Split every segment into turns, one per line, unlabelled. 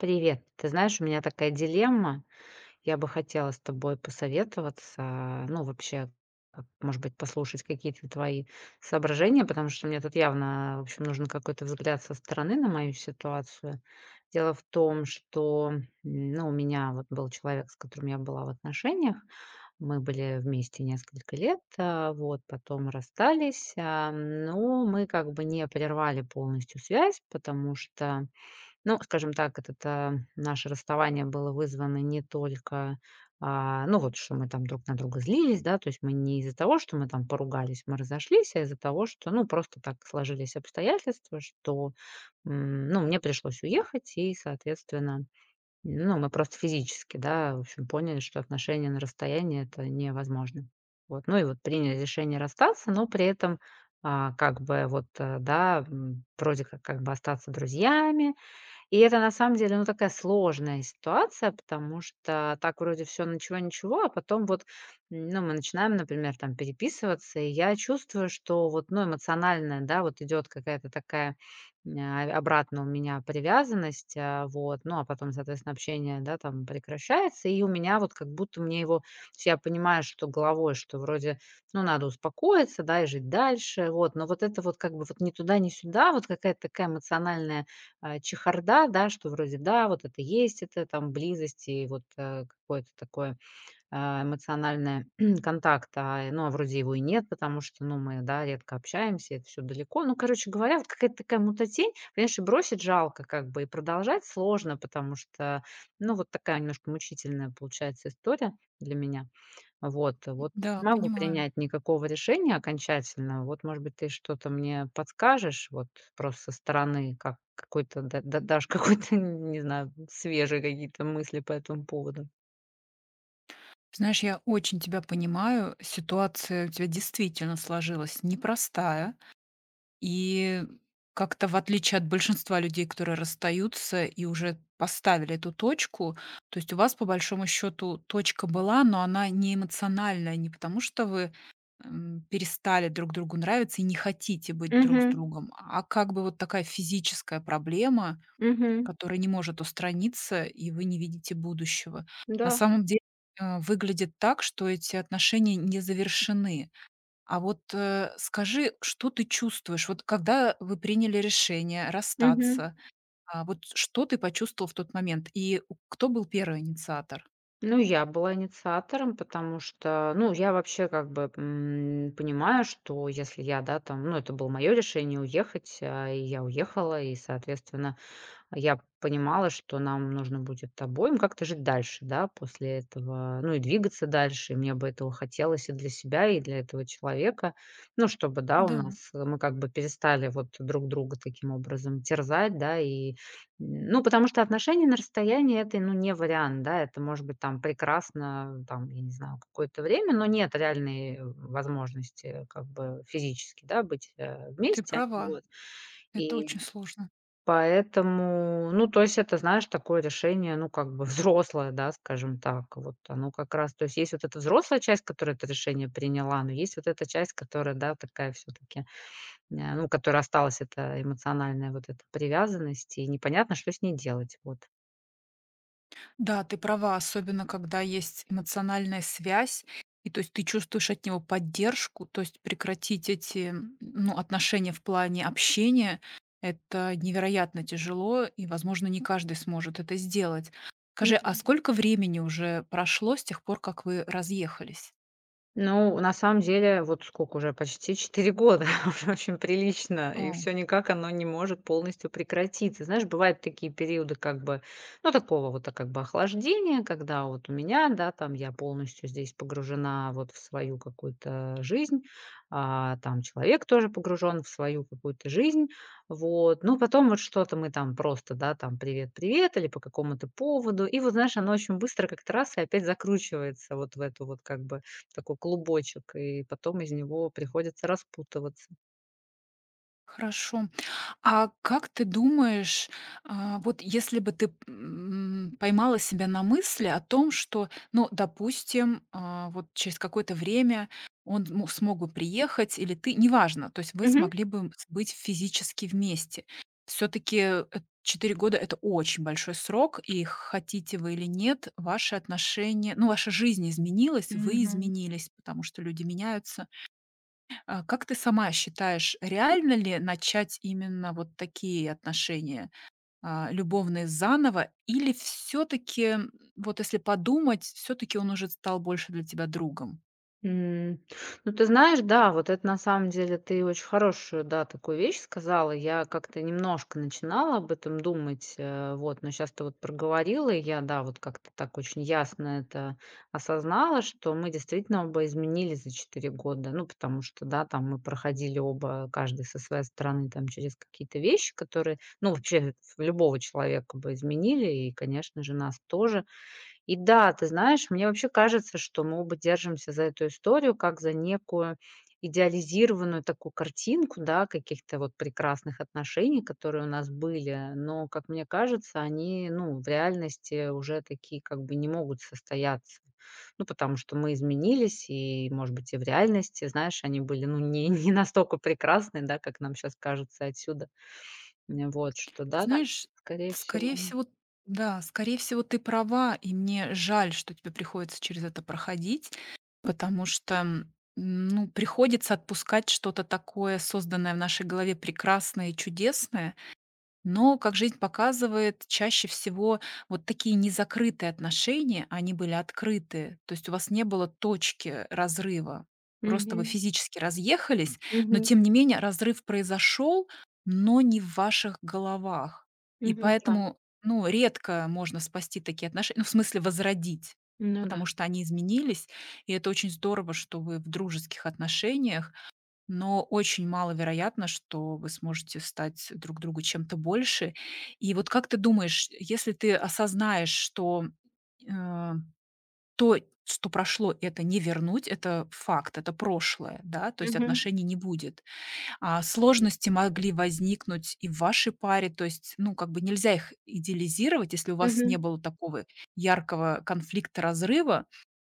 Привет. Ты знаешь, у меня такая дилемма. Я бы хотела с тобой посоветоваться, ну, вообще, как, может быть, послушать какие-то твои соображения, потому что мне тут явно, в общем, нужен какой-то взгляд со стороны на мою ситуацию. Дело в том, что, ну, у меня вот был человек, с которым я была в отношениях. Мы были вместе несколько лет, вот, потом расстались, но мы как бы не прервали полностью связь, потому что ну, скажем так, вот это наше расставание было вызвано не только, ну, вот что мы там друг на друга злились, да, то есть мы не из-за того, что мы там поругались, мы разошлись, а из-за того, что, ну, просто так сложились обстоятельства, что, ну, мне пришлось уехать, и, соответственно, ну, мы просто физически, да, в общем, поняли, что отношения на расстоянии это невозможно. Вот, ну и вот приняли решение расстаться, но при этом вроде как бы остаться друзьями, и это на самом деле, ну, такая сложная ситуация, потому что так вроде все, ничего-ничего, а потом вот, ну, мы начинаем, например, там переписываться, и я чувствую, что вот, ну, эмоциональная, да, вот идет какая-то такая, обратно у меня привязанность, вот, ну, а потом, соответственно, общение, да, там прекращается, и у меня вот как будто мне его, то есть я понимаю, что головой, что вроде, ну, надо успокоиться, да, и жить дальше, вот, но вот это вот как бы вот ни туда, ни сюда, вот какая-то такая эмоциональная чехарда, да, что вроде, да, вот это есть, это там близость и вот, какое-то такое, эмоциональное контакт, ну, а вроде его и нет, потому что, ну, мы, да, редко общаемся, это все далеко. Ну, короче говоря, вот какая-то такая мутатень, понимаешь, и бросить жалко как бы, и продолжать сложно, потому что, ну, вот такая немножко мучительная получается история для меня. Вот, вот не
Да,
могу
понимаю.
принять никакого решения окончательного. Вот, может быть, ты что-то мне подскажешь, вот просто со стороны, как какой-то, да, дашь какой-то, не знаю, свежие какие-то мысли по этому поводу.
Знаешь, я очень тебя понимаю. Ситуация у тебя действительно сложилась непростая. И как-то, в отличие от большинства людей, которые расстаются и уже поставили эту точку, то есть у вас по большому счету точка была, но она не эмоциональная, не потому что вы перестали друг другу нравиться и не хотите быть друг с
Угу.
другом, а как бы вот такая физическая проблема,
Угу.
который не может устраниться, и вы не видите будущего. На
Да.
самом деле, выглядит так, что эти отношения не завершены. А вот, скажи, что ты чувствуешь? Вот когда вы приняли решение
Угу.
расстаться, вот что ты почувствовал в тот момент? И у кто был первый инициатор?
Ну, я была инициатором, потому что, ну, я вообще как бы понимаю, что если я, да, там, ну, это было мое решение уехать, и я уехала, и, соответственно, я понимала, что нам нужно будет обоим как-то жить дальше, да, после этого, ну и двигаться дальше. И мне бы этого хотелось и для себя, и для этого человека. Ну, чтобы, да, у
Да,
нас мы как бы перестали вот друг друга таким образом терзать, да, и, ну, потому что отношения на расстоянии это, ну, не вариант, да, это может быть там прекрасно, там, я не знаю, какое-то время, но нет реальной возможности как бы физически, да, быть
ты
вместе,
права,
вот.
это
И
очень сложно.
поэтому, ну, то есть это, знаешь, такое решение, ну, как бы взрослое, да, скажем так. Вот оно как раз, то есть есть вот эта взрослая часть, которая это решение приняла, но есть вот эта часть, которая, да, такая все-таки, ну, которая осталась, это эмоциональная вот эта привязанность, и непонятно, что с ней делать, вот.
Да, ты права, особенно когда есть эмоциональная связь, и то есть ты чувствуешь от него поддержку, то есть прекратить эти ну, отношения в плане общения, это невероятно тяжело, и, возможно, не каждый сможет это сделать. Скажи, а сколько времени уже прошло с тех пор, как вы разъехались?
Ну, на самом деле, вот сколько уже, почти 4 года, уже очень прилично, и
А,
все никак оно не может полностью прекратиться. Знаешь, бывают такие периоды как бы, ну, такого вот, как бы охлаждения, когда вот у меня, да, там я полностью здесь погружена вот в свою какую-то жизнь, там человек тоже погружен в свою какую-то жизнь, вот. Ну потом вот что-то мы там просто, да, там привет, привет или по какому-то поводу. И вот, знаешь, оно очень быстро как-то раз и опять закручивается вот в эту вот как бы такой клубочек, и потом из него приходится распутываться.
хорошо. А как ты думаешь, вот если бы ты, поймала себя на мысли о том, что, ну, допустим, вот через какое-то время он му смог бы приехать или ты, неважно, то есть вы
Мгм.
смогли бы с быть физически вместе. Все таки 4 года — это очень большой срок, и хотите вы или нет, ваши отношения, ну, ваша жизнь изменилась, вы
Мгм.
изменились, потому что люди меняются. А как ты сама считаешь, реально ли начать именно вот такие отношения, любовные заново, или все таки вот если подумать, все таки он уже стал больше для тебя другом?
М. Ну, ты знаешь, да, вот это на самом деле ты очень хорошую, да, такую вещь сказала. Я как-то немножко начинала об этом думать, вот, но сейчас ты вот проговорила, и я, да, вот как-то так очень ясно это осознала, что мы действительно оба изменились за 4 года. Ну, потому что, да, там мы проходили оба, каждый со своей стороны, там, через какие-то вещи, которые, ну, вообще любого человека бы изменили, и, конечно же, нас тоже. И да, ты знаешь, мне вообще кажется, что мы оба держимся за эту историю как за некую идеализированную такую картинку, да, каких-то вот прекрасных отношений, которые у нас были, но, как мне кажется, они, ну, в реальности уже такие как бы не могут состояться. Ну, потому что мы изменились, и, может быть, и в реальности, знаешь, они были, ну, не, не настолько прекрасны, да, как нам сейчас кажется отсюда. Вот, что
Ты
да, да,
знаешь,
скорее
скорее
всего.
всего да, скорее всего, ты права, и мне жаль, что тебе приходится через это проходить, потому что, ну, приходится отпускать что-то такое, созданное в нашей голове прекрасное и чудесное. Но, как жизнь показывает, чаще всего вот такие незакрытые отношения, они были открыты. То есть у вас не было точки разрыва. Просто вы
Мгм.
физически разъехались, но
Мгм.
тем не менее разрыв произошел, но не в ваших головах. И
Мгм. Да.
поэтому, ну, редко можно спасти такие отношения, ну, в смысле возродить,
Ну да.
потому что они изменились, и это очень здорово, что вы в дружеских отношениях, но очень маловероятно, что вы сможете стать друг другу чем-то больше. И вот как ты думаешь, если ты осознаешь, что, э, то, что прошло, это не вернуть, это факт, это прошлое, да, то есть
Мгм.
отношений не будет. А сложности могли возникнуть и в вашей паре, то есть, ну, как бы нельзя их идеализировать, если у вас не
Мгм.
было такого яркого конфликта, разрыва,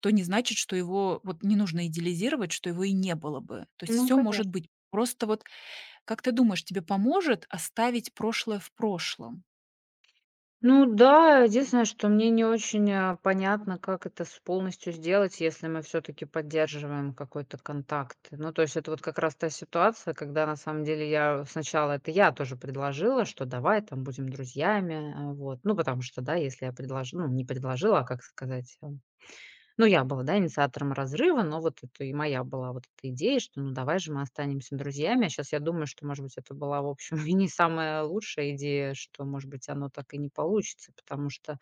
то не значит, что его вот не нужно идеализировать, что его и не было бы. То есть
Ну,
все может
конечно.
быть. Просто вот как ты думаешь, тебе поможет оставить прошлое в прошлом?
Ну да, единственное, что мне не очень, понятно, как это с полностью сделать, если мы все таки поддерживаем какой-то контакт. Ну, то есть это вот как раз та ситуация, когда на самом деле я сначала это я тоже предложила, что давай там будем друзьями, вот. Ну, потому что, да, если я предлож ну, не предложила, а как сказать? Ну, я была, да, инициатором разрыва, но вот это и моя была вот эта идея, что ну давай же мы останемся друзьями. А сейчас я думаю, что, может быть, это была, в общем, и не самая лучшая идея, что, может быть, оно так и не получится, потому что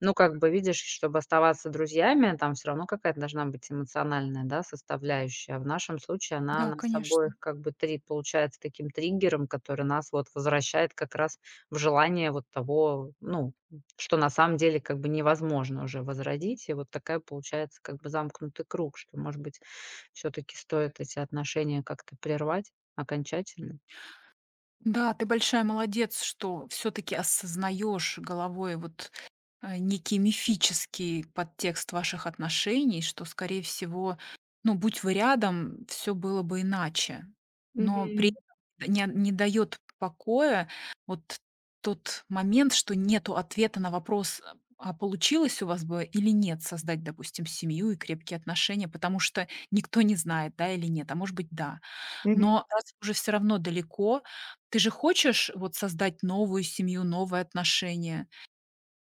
ну, как бы, видишь, чтобы оставаться друзьями, там все равно какая-то должна быть эмоциональная, да, составляющая. А в нашем случае она
Да,
нас
конечно.
обоих как бы три получается таким триггером, который нас вот возвращает как раз в желание вот того, ну, что на самом деле как бы невозможно уже возродить. И вот такая получается как бы замкнутый круг, что, может быть, все таки стоит эти отношения как-то прервать окончательно.
Да, ты большая молодец, что все таки осознаешь головой вот некий мифический подтекст ваших отношений, что, скорее всего, ну, будь вы рядом, все было бы иначе. Но при
Мгм.
этом не дает покоя вот тот момент, что нету ответа на вопрос, а получилось у вас бы или нет создать, допустим, семью и крепкие отношения, потому что никто не знает, да или нет, а может быть, да.
Мгм.
Но раз уже все равно далеко, ты же хочешь вот создать новую семью, новые отношения.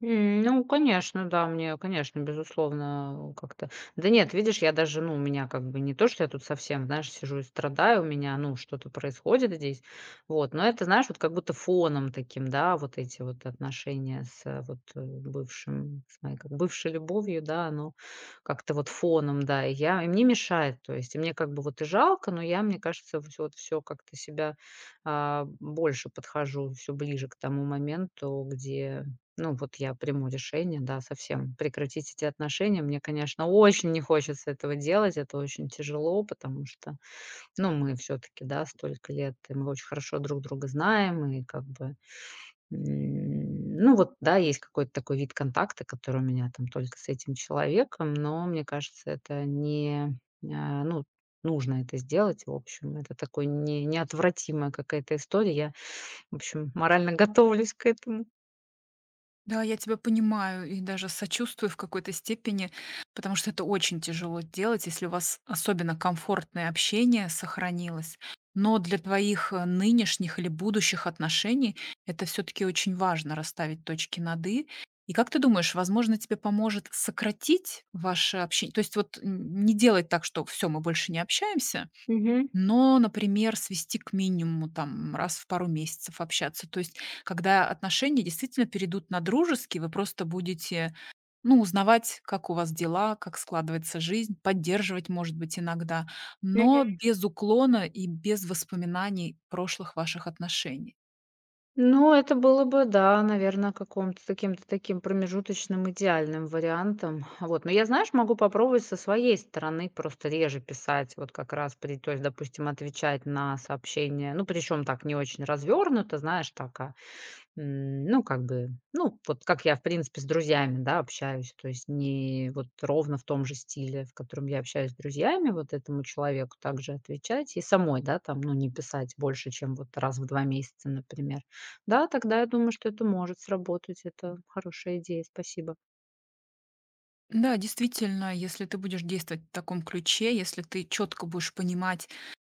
Ну, конечно, да, мне, конечно, безусловно, как-то. Да нет, видишь, я даже, ну, у меня как бы не то, что я тут совсем, знаешь, сижу и страдаю, у меня, ну, что-то происходит здесь. Вот, но это, знаешь, вот как будто фоном таким, да, вот эти вот отношения с бывшим, с моей как бывшей любовью, да, оно как-то вот фоном, да, и мне мешает. То есть, и мне как бы вот и жалко, но я, мне кажется, всё вот все как-то себя, больше подхожу все ближе к тому моменту, где ну, вот я приму решение, да, совсем прекратить эти отношения. Мне, конечно, очень не хочется этого делать, это очень тяжело, потому что, ну, мы все-таки, да, столько лет, и мы очень хорошо друг друга знаем, и как бы, ну, вот, да, есть какой-то такой вид контакта, который у меня там только с этим человеком, но мне кажется, это не, ну, нужно это сделать, в общем, это такой не, неотвратимая какая-то история. Я, в общем, морально готовлюсь к этому.
Да, я тебя понимаю и даже сочувствую в какой-то степени, потому что это очень тяжело делать, если у вас особенно комфортное общение сохранилось. Но для твоих нынешних или будущих отношений это все-таки очень важно — расставить точки над «и». И как ты думаешь, возможно, тебе поможет сократить ваше общение? То есть вот не делать так, что все, мы больше не общаемся,
Мгм.
но, например, свести к минимуму, там, раз в пару месяцев общаться. То есть, когда отношения действительно перейдут на дружеские, вы просто будете, ну, узнавать, как у вас дела, как складывается жизнь, поддерживать, может быть, иногда,
Мгм.
но без уклона и без воспоминаний прошлых ваших отношений.
Ну, это было бы, да, наверное, каком-то таким промежуточным идеальным вариантом. Вот, но я, знаешь, могу попробовать со своей стороны просто реже писать, вот как раз при то есть, допустим, отвечать на сообщения, ну, причем так не очень развернуто, знаешь, так, а. Ну, как бы, ну, вот как я, в принципе, с друзьями, да, общаюсь, то есть не вот ровно в том же стиле, в котором я общаюсь с друзьями, вот этому человеку также отвечать и самой, да, там, ну, не писать больше, чем вот раз в 2 месяца, например. Да, тогда я думаю, что это может сработать. Это хорошая идея, спасибо.
Да, действительно, если ты будешь действовать в таком ключе, если ты четко будешь понимать,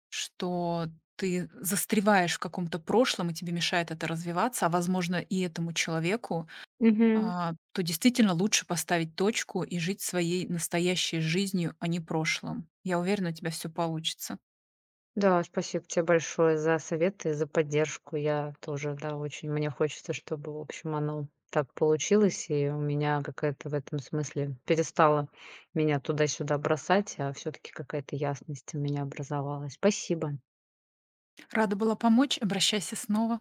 что ты застреваешь в каком-то прошлом, и тебе мешает это развиваться, а возможно и этому человеку,
Мгм.
то действительно лучше поставить точку и жить своей настоящей жизнью, а не прошлым. Я уверена, у тебя все получится.
Да, спасибо тебе большое за советы, за поддержку. Я тоже, да, очень мне хочется, чтобы, в общем, оно так получилось, и у меня какая-то в этом смысле перестала меня туда-сюда бросать, а все-таки какая-то ясность у меня образовалась. Спасибо.
Рада была помочь. Обращайся снова.